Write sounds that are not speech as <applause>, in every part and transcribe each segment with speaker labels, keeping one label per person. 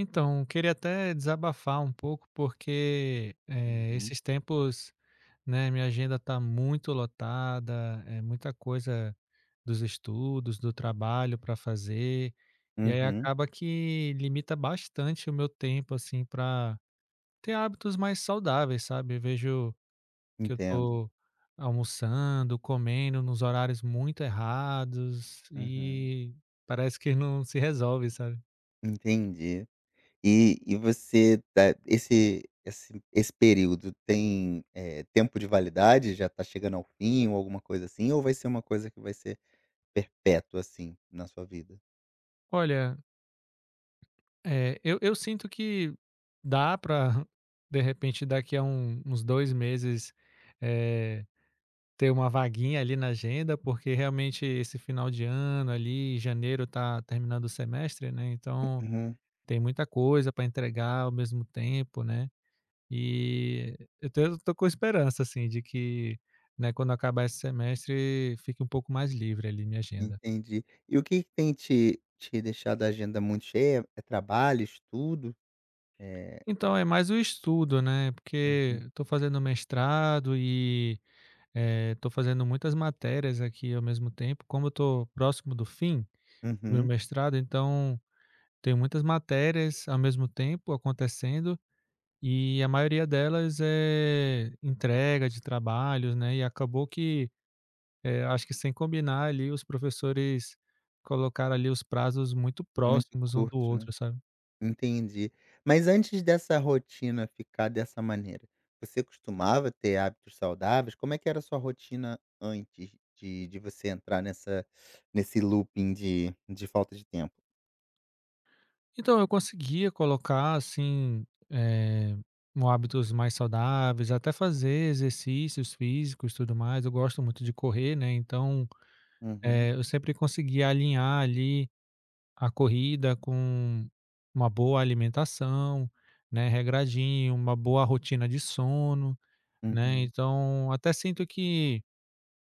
Speaker 1: Então, queria até desabafar um pouco, porque
Speaker 2: Uhum,
Speaker 1: esses tempos, né, minha agenda está muito lotada, é muita coisa dos estudos, do trabalho para fazer, e aí
Speaker 2: uhum,
Speaker 1: acaba que limita bastante o meu tempo, assim, para ter hábitos mais saudáveis, sabe? Eu vejo que eu
Speaker 2: entendo.
Speaker 1: tô almoçando, comendo nos horários muito errados
Speaker 2: Uhum,
Speaker 1: e parece que não se resolve, sabe?
Speaker 2: entendi. E você tá esse período tem, tempo de validade? Já tá chegando ao fim ou alguma coisa assim, ou vai ser uma coisa que vai ser perpétua, assim, na sua vida?
Speaker 1: Olha, é, eu sinto que dá para <laughs> de repente, daqui a uns 2 meses, eh, ter uma vaguinha ali na agenda, porque realmente esse final de ano ali, janeiro tá terminando o semestre, né, então
Speaker 2: Uhum,
Speaker 1: tem muita coisa para entregar ao mesmo tempo, né. E eu tô com esperança, assim, de que, né, quando acabar esse semestre, fique um pouco mais livre ali minha agenda.
Speaker 2: entendi. E o que que tem te deixado a agenda muito cheia? É trabalho, estudo? Eh,
Speaker 1: Então é mais o estudo, né, porque
Speaker 2: uhum,
Speaker 1: estou fazendo mestrado e estou fazendo muitas matérias aqui ao mesmo tempo. Como eu estou próximo do fim do meu
Speaker 2: uhum,
Speaker 1: mestrado, então tem muitas matérias ao mesmo tempo acontecendo e a maioria delas é entrega de trabalhos, né? E acabou que, acho que sem combinar ali, os professores colocaram ali os prazos muito
Speaker 2: muito
Speaker 1: próximos um do
Speaker 2: curto, né?
Speaker 1: outro, sabe?
Speaker 2: Entendi. Mas antes dessa rotina ficar dessa maneira, você costumava ter hábitos saudáveis? Como é que era a sua rotina antes de você entrar nessa nesse looping de falta de tempo?
Speaker 1: Então, eu conseguia colocar, assim, um hábitos mais saudáveis, até fazer exercícios físicos e tudo mais. Eu gosto muito de correr, né, então,
Speaker 2: Uhum,
Speaker 1: eu sempre conseguia alinhar ali a corrida com uma boa alimentação, né, regradinho, uma boa rotina de sono, né.
Speaker 2: uhum.
Speaker 1: Então, até sinto que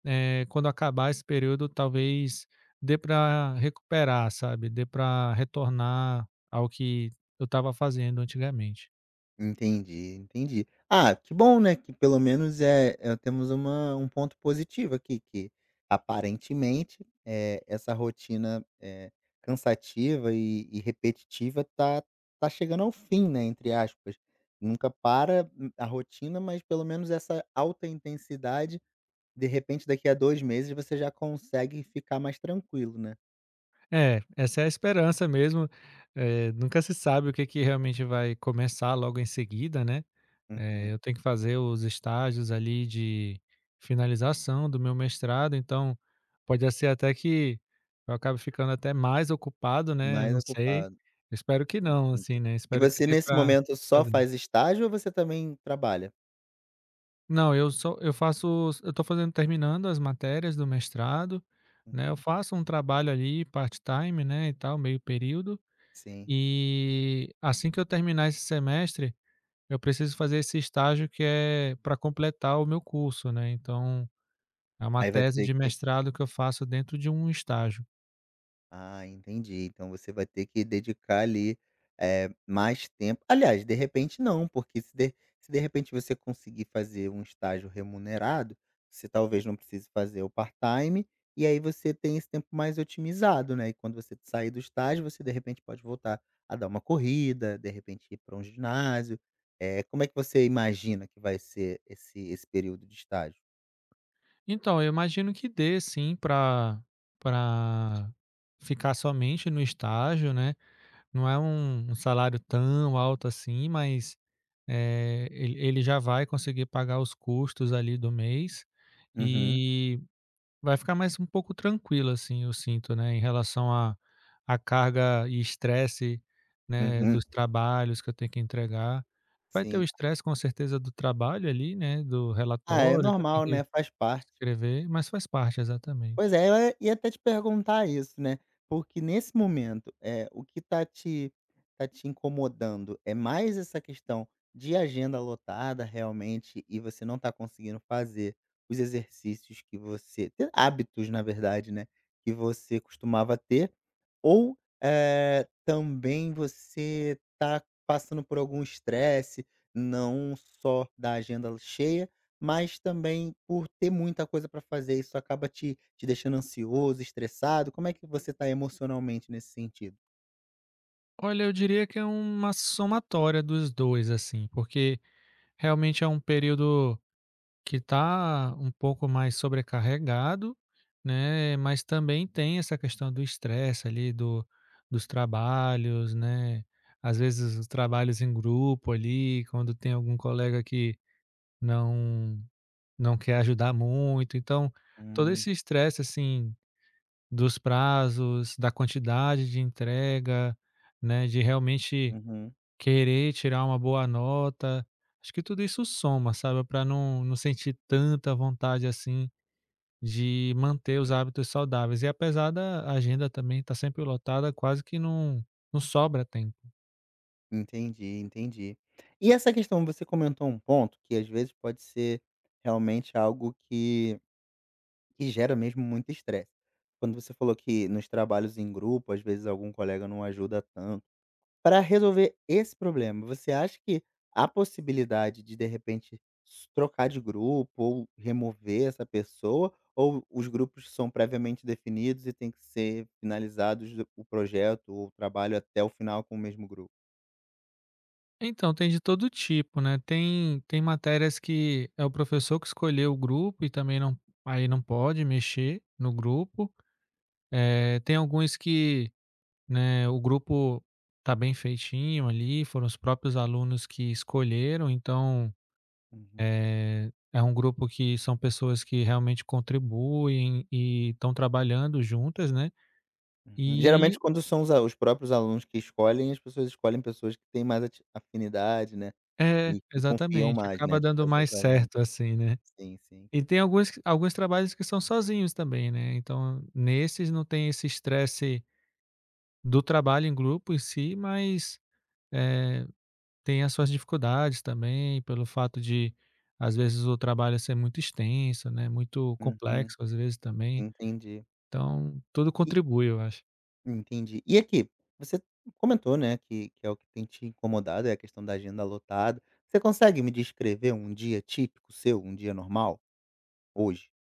Speaker 1: quando acabar esse período, talvez dê para recuperar, sabe, dê para retornar ao que eu estava fazendo antigamente.
Speaker 2: Entendi, entendi. Ah, que bom, né, que pelo menos, temos uma um ponto positivo aqui, que aparentemente, essa rotina, cansativa e repetitiva tá chegando ao fim, né, entre aspas. Nunca para, a rotina, mas pelo menos essa alta intensidade, de repente daqui a 2 meses você já consegue ficar mais tranquilo, né.
Speaker 1: É, essa é a esperança mesmo, nunca se sabe o que que realmente vai começar logo em seguida, né.
Speaker 2: Uhum.
Speaker 1: Eu tenho que fazer os estágios ali de finalização do meu mestrado, então pode ser até que eu acabe ficando até mais ocupado, né,
Speaker 2: Mais
Speaker 1: não sei.
Speaker 2: ocupado,
Speaker 1: Espero que não, assim,
Speaker 2: entendi.
Speaker 1: né,
Speaker 2: E
Speaker 1: espero que
Speaker 2: você
Speaker 1: dê
Speaker 2: nesse
Speaker 1: para
Speaker 2: momento só
Speaker 1: fazer.
Speaker 2: faz estágio ou você também trabalha?
Speaker 1: Não, eu só eu faço eu tô fazendo terminando as matérias do mestrado, né, eu
Speaker 2: Uhum,
Speaker 1: faço um trabalho ali part-time, né, e tal, meio período,
Speaker 2: sim.
Speaker 1: e assim que eu terminar esse semestre, eu preciso fazer esse estágio que é para completar o meu curso, né, então é uma
Speaker 2: Aí vai
Speaker 1: tese
Speaker 2: ter
Speaker 1: de
Speaker 2: que
Speaker 1: mestrado que eu faço dentro de um estágio.
Speaker 2: Ah, entendi. Então você vai ter que dedicar ali, mais tempo aliás, de repente não, porque se de repente você conseguir fazer um estágio remunerado, você talvez não precise fazer o part-time, e aí você tem esse tempo mais otimizado, né. E quando você sair do estágio, você de repente pode voltar a dar uma corrida, de repente ir para um ginásio. Como é que você imagina que vai ser esse período de estágio?
Speaker 1: Então, eu imagino que dê sim para ficar somente no estágio, né. Não é um salário tão alto assim, mas, ele já vai conseguir pagar os custos ali do mês,
Speaker 2: Uhum,
Speaker 1: e vai ficar mais um pouco tranquilo, assim, eu sinto, né, em relação à à carga e estresse, né,
Speaker 2: uhum,
Speaker 1: dos trabalhos que eu tenho que entregar. Vai ter o
Speaker 2: sim.
Speaker 1: estresse com certeza do trabalho ali, né, do
Speaker 2: Ah, é
Speaker 1: relatório que eu tenho
Speaker 2: normal, né,
Speaker 1: que
Speaker 2: faz parte.
Speaker 1: escrever, mas faz parte,
Speaker 2: Pois
Speaker 1: exatamente.
Speaker 2: é, eu ia até te perguntar isso, né, porque nesse momento, é o que tá te incomodando é mais essa questão de agenda lotada realmente e você não tá conseguindo fazer os exercícios que você ter hábitos, na verdade, né, que você costumava ter? Ou, também você está passando por algum estresse, não só da agenda cheia, mas também por ter muita coisa para fazer, isso acaba te deixando ansioso, estressado? Como é que você está emocionalmente nesse sentido?
Speaker 1: Olha, eu diria que é uma somatória dos 2 assim, porque realmente é um período que está um pouco mais sobrecarregado, né, mas também tem essa questão do estresse ali do dos trabalhos, né, às vezes os trabalhos em grupo ali, quando tem algum colega que não não quer ajudar muito, então todo
Speaker 2: Hum,
Speaker 1: esse estresse, assim, dos prazos, da quantidade de entrega, né, de realmente
Speaker 2: uhum.
Speaker 1: querer tirar uma boa nota, acho que tudo isso soma, sabe, para não sentir tanta vontade, assim, de manter os hábitos saudáveis. E apesar da agenda também estar sempre lotada, quase que não sobra tempo.
Speaker 2: Entendi, entendi. E essa questão, você comentou um ponto que às vezes pode ser realmente algo que gera mesmo muito estresse. Quando você falou que nos trabalhos em grupo, às vezes algum colega não ajuda tanto. Para resolver esse problema, você acha que há possibilidade de repente, trocar de grupo ou remover essa pessoa? Ou os grupos são previamente definidos e tem que ser finalizados o projeto ou o trabalho até o final com o mesmo grupo?
Speaker 1: Então, tem de todo tipo, né, tem matérias que é o professor que escolheu o grupo e também não, aí não pode mexer no grupo. Tem alguns que, né, o grupo tá bem feitinho ali, foram os próprios alunos que escolheram, então
Speaker 2: Uhum.
Speaker 1: é, é um grupo que são pessoas que realmente contribuem e estão trabalhando juntas, né.
Speaker 2: Uhum. Geralmente,
Speaker 1: E
Speaker 2: quando são os próprios alunos que escolhem, as pessoas escolhem pessoas que têm mais afinidade, né?
Speaker 1: é,
Speaker 2: E confiam
Speaker 1: exatamente,
Speaker 2: mais,
Speaker 1: acaba
Speaker 2: né, de
Speaker 1: dando
Speaker 2: fazer o
Speaker 1: mais
Speaker 2: trabalho.
Speaker 1: certo, assim, né.
Speaker 2: Sim, sim.
Speaker 1: E tem alguns trabalhos que são sozinhos também, né, então nesses não tem esse estresse do trabalho em grupo em si, mas, eh, tem as suas dificuldades também, pelo fato de, às vezes, o trabalho ser muito extenso, né, muito
Speaker 2: Uhum,
Speaker 1: complexo, às vezes, também.
Speaker 2: entendi.
Speaker 1: Então tudo
Speaker 2: E
Speaker 1: contribui, eu acho.
Speaker 2: entendi. E aqui, você comentou, né, que é o que tem te incomodado, é a questão da agenda lotada. Você consegue me descrever um dia típico seu, um dia normal, hoje?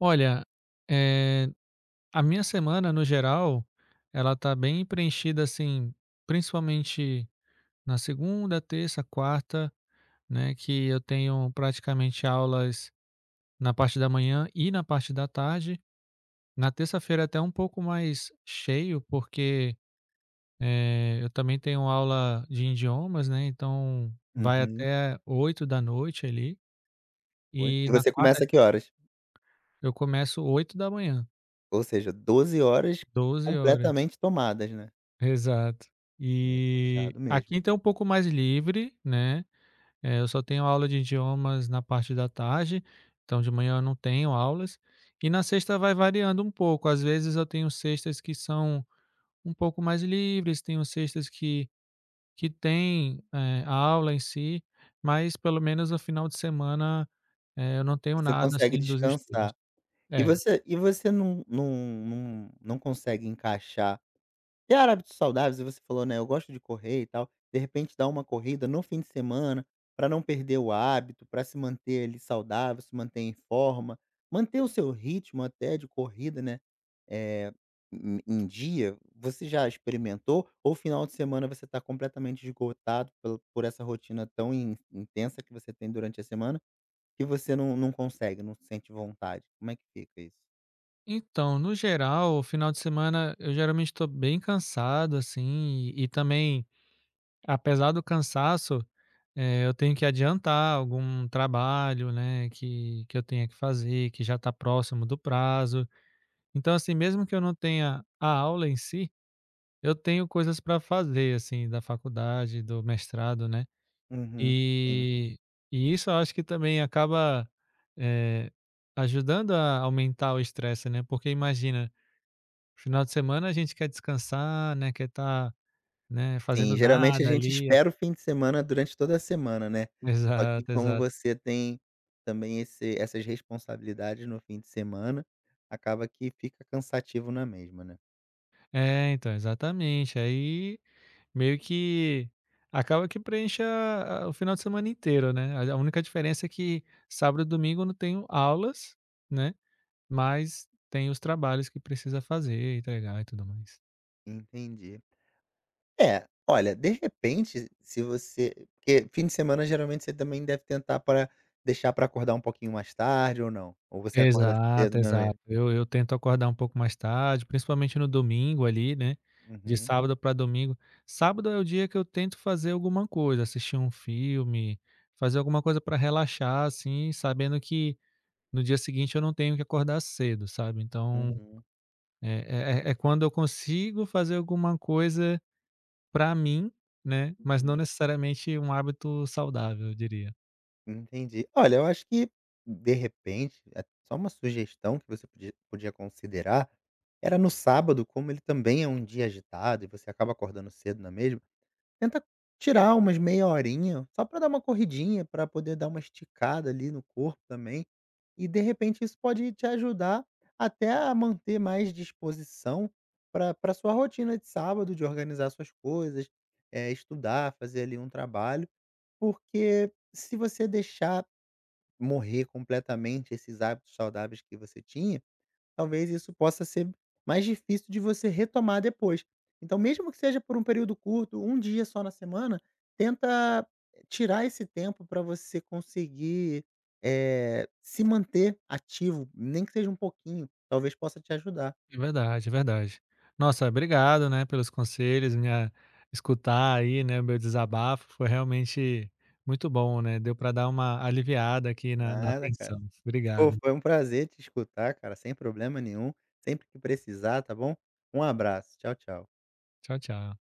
Speaker 1: Olha, eh, a minha semana no geral, ela tá bem preenchida, assim, principalmente na segunda, terça, quarta, né, que eu tenho praticamente aulas na parte da manhã e na parte da tarde. Na terça-feira é até um pouco mais cheio, porque, eu também tenho aula de idiomas, né, então vai
Speaker 2: Uhum.
Speaker 1: até 8 da noite ali,
Speaker 2: Pois
Speaker 1: e
Speaker 2: e
Speaker 1: na
Speaker 2: você
Speaker 1: quarta
Speaker 2: começa a que horas?
Speaker 1: eu começo 8 da manhã,
Speaker 2: Ou seja, 12 horas
Speaker 1: 12 horas.
Speaker 2: completamente tomadas, né.
Speaker 1: Exato.
Speaker 2: É
Speaker 1: E
Speaker 2: puxado
Speaker 1: aqui
Speaker 2: mesmo.
Speaker 1: então é um pouco mais livre, né, eu só tenho aula de idiomas na parte da tarde, então de manhã eu não tenho aulas, e na sexta vai variando um pouco, às vezes eu tenho sextas que são um pouco mais livres, tenho sextas que tem, a aula em si, mas pelo menos no final de semana, eu não tenho
Speaker 2: Você
Speaker 1: nada
Speaker 2: consegue
Speaker 1: assim dos estudos.
Speaker 2: descansar. E
Speaker 1: É.
Speaker 2: você e você não consegue encaixar E a hábitos saudáveis, e você falou, né, eu gosto de correr e tal, de repente dar uma corrida no fim de semana, para não perder o hábito, para se manter ali saudável, se manter em forma, manter o seu ritmo até de corrida, né, eh, em dia, você já experimentou ou final de semana você está completamente esgotado pelo por essa rotina tão in intensa que você tem durante a semana, que você não consegue, não sente vontade? Como é que fica isso?
Speaker 1: Então, no geral, o final de semana eu geralmente estou bem cansado assim, e também apesar do cansaço, eu tenho que adiantar algum trabalho, né, que eu tenha que fazer, que já está próximo do prazo. Então, assim, mesmo que eu não tenha a aula em si, eu tenho coisas para fazer, assim, da faculdade, do mestrado, né.
Speaker 2: Uhum.
Speaker 1: E e isso eu acho que também acaba, eh, ajudando a aumentar o estresse, né, porque imagina, final de semana a gente quer descansar, né, quer estar, né, fazendo
Speaker 2: Sim, geralmente a
Speaker 1: nada
Speaker 2: gente
Speaker 1: ali. Ac-
Speaker 2: espera o fim de semana durante toda a semana, né.
Speaker 1: <laughs>
Speaker 2: Só que
Speaker 1: exato,
Speaker 2: como
Speaker 1: exato.
Speaker 2: você tem também esse essas responsabilidades no fim de semana, acaba que fica cansativo na mesma, né.
Speaker 1: É, então, exatamente. Aí meio que acaba que preenche a o final de semana inteiro, né. A única diferença é que sábado e domingo eu não tenho aulas, né, mas tem os trabalhos que precisa fazer, entregar e tudo mais.
Speaker 2: Entendi. É, olha, de repente, se você porque fim de semana geralmente você também deve tentar para deixar para acordar um pouquinho mais tarde ou não? Ou você acorda
Speaker 1: Exato,
Speaker 2: cedo, não é
Speaker 1: exato.
Speaker 2: mesmo?
Speaker 1: Eu tento acordar um pouco mais tarde, principalmente no domingo ali, né, de
Speaker 2: Uhum,
Speaker 1: sábado para domingo. Sábado é o dia que eu tento fazer alguma coisa, assistir um filme, fazer alguma coisa para relaxar, assim, sabendo que no dia seguinte eu não tenho que acordar cedo, sabe. Então, hum,
Speaker 2: uhum,
Speaker 1: é quando eu consigo fazer alguma coisa pra mim, né, mas não
Speaker 2: uhum.
Speaker 1: necessariamente um hábito saudável, eu diria.
Speaker 2: Entendi. Olha, eu acho que, de repente, é só uma sugestão que você podia considerar era no sábado, como ele também é um dia agitado e você acaba acordando cedo na mesma, tenta tirar umas meia horinha só para dar uma corridinha, para poder dar uma esticada ali no corpo também. E de repente isso pode te ajudar até a manter mais disposição para a sua rotina de sábado, de organizar suas coisas, estudar, fazer ali um trabalho, porque se você deixar morrer completamente esses hábitos saudáveis que você tinha, talvez isso possa ser mais difícil de você retomar depois. Então, mesmo que seja por um período curto, um dia só na semana, tenta tirar esse tempo para você conseguir se manter ativo, nem que seja um pouquinho, talvez possa te ajudar.
Speaker 1: É verdade, é verdade. Nossa, obrigado, né, pelos conselhos, minha escutar aí, né, o meu desabafo foi realmente muito bom, né, deu para dar uma aliviada aqui na na
Speaker 2: Nada, cara.
Speaker 1: tensão.
Speaker 2: Pô,
Speaker 1: Obrigado.
Speaker 2: foi um prazer te escutar, cara, sem problema nenhum. Sempre que precisar, tá bom? Um abraço. Tchau, tchau.
Speaker 1: Tchau, tchau.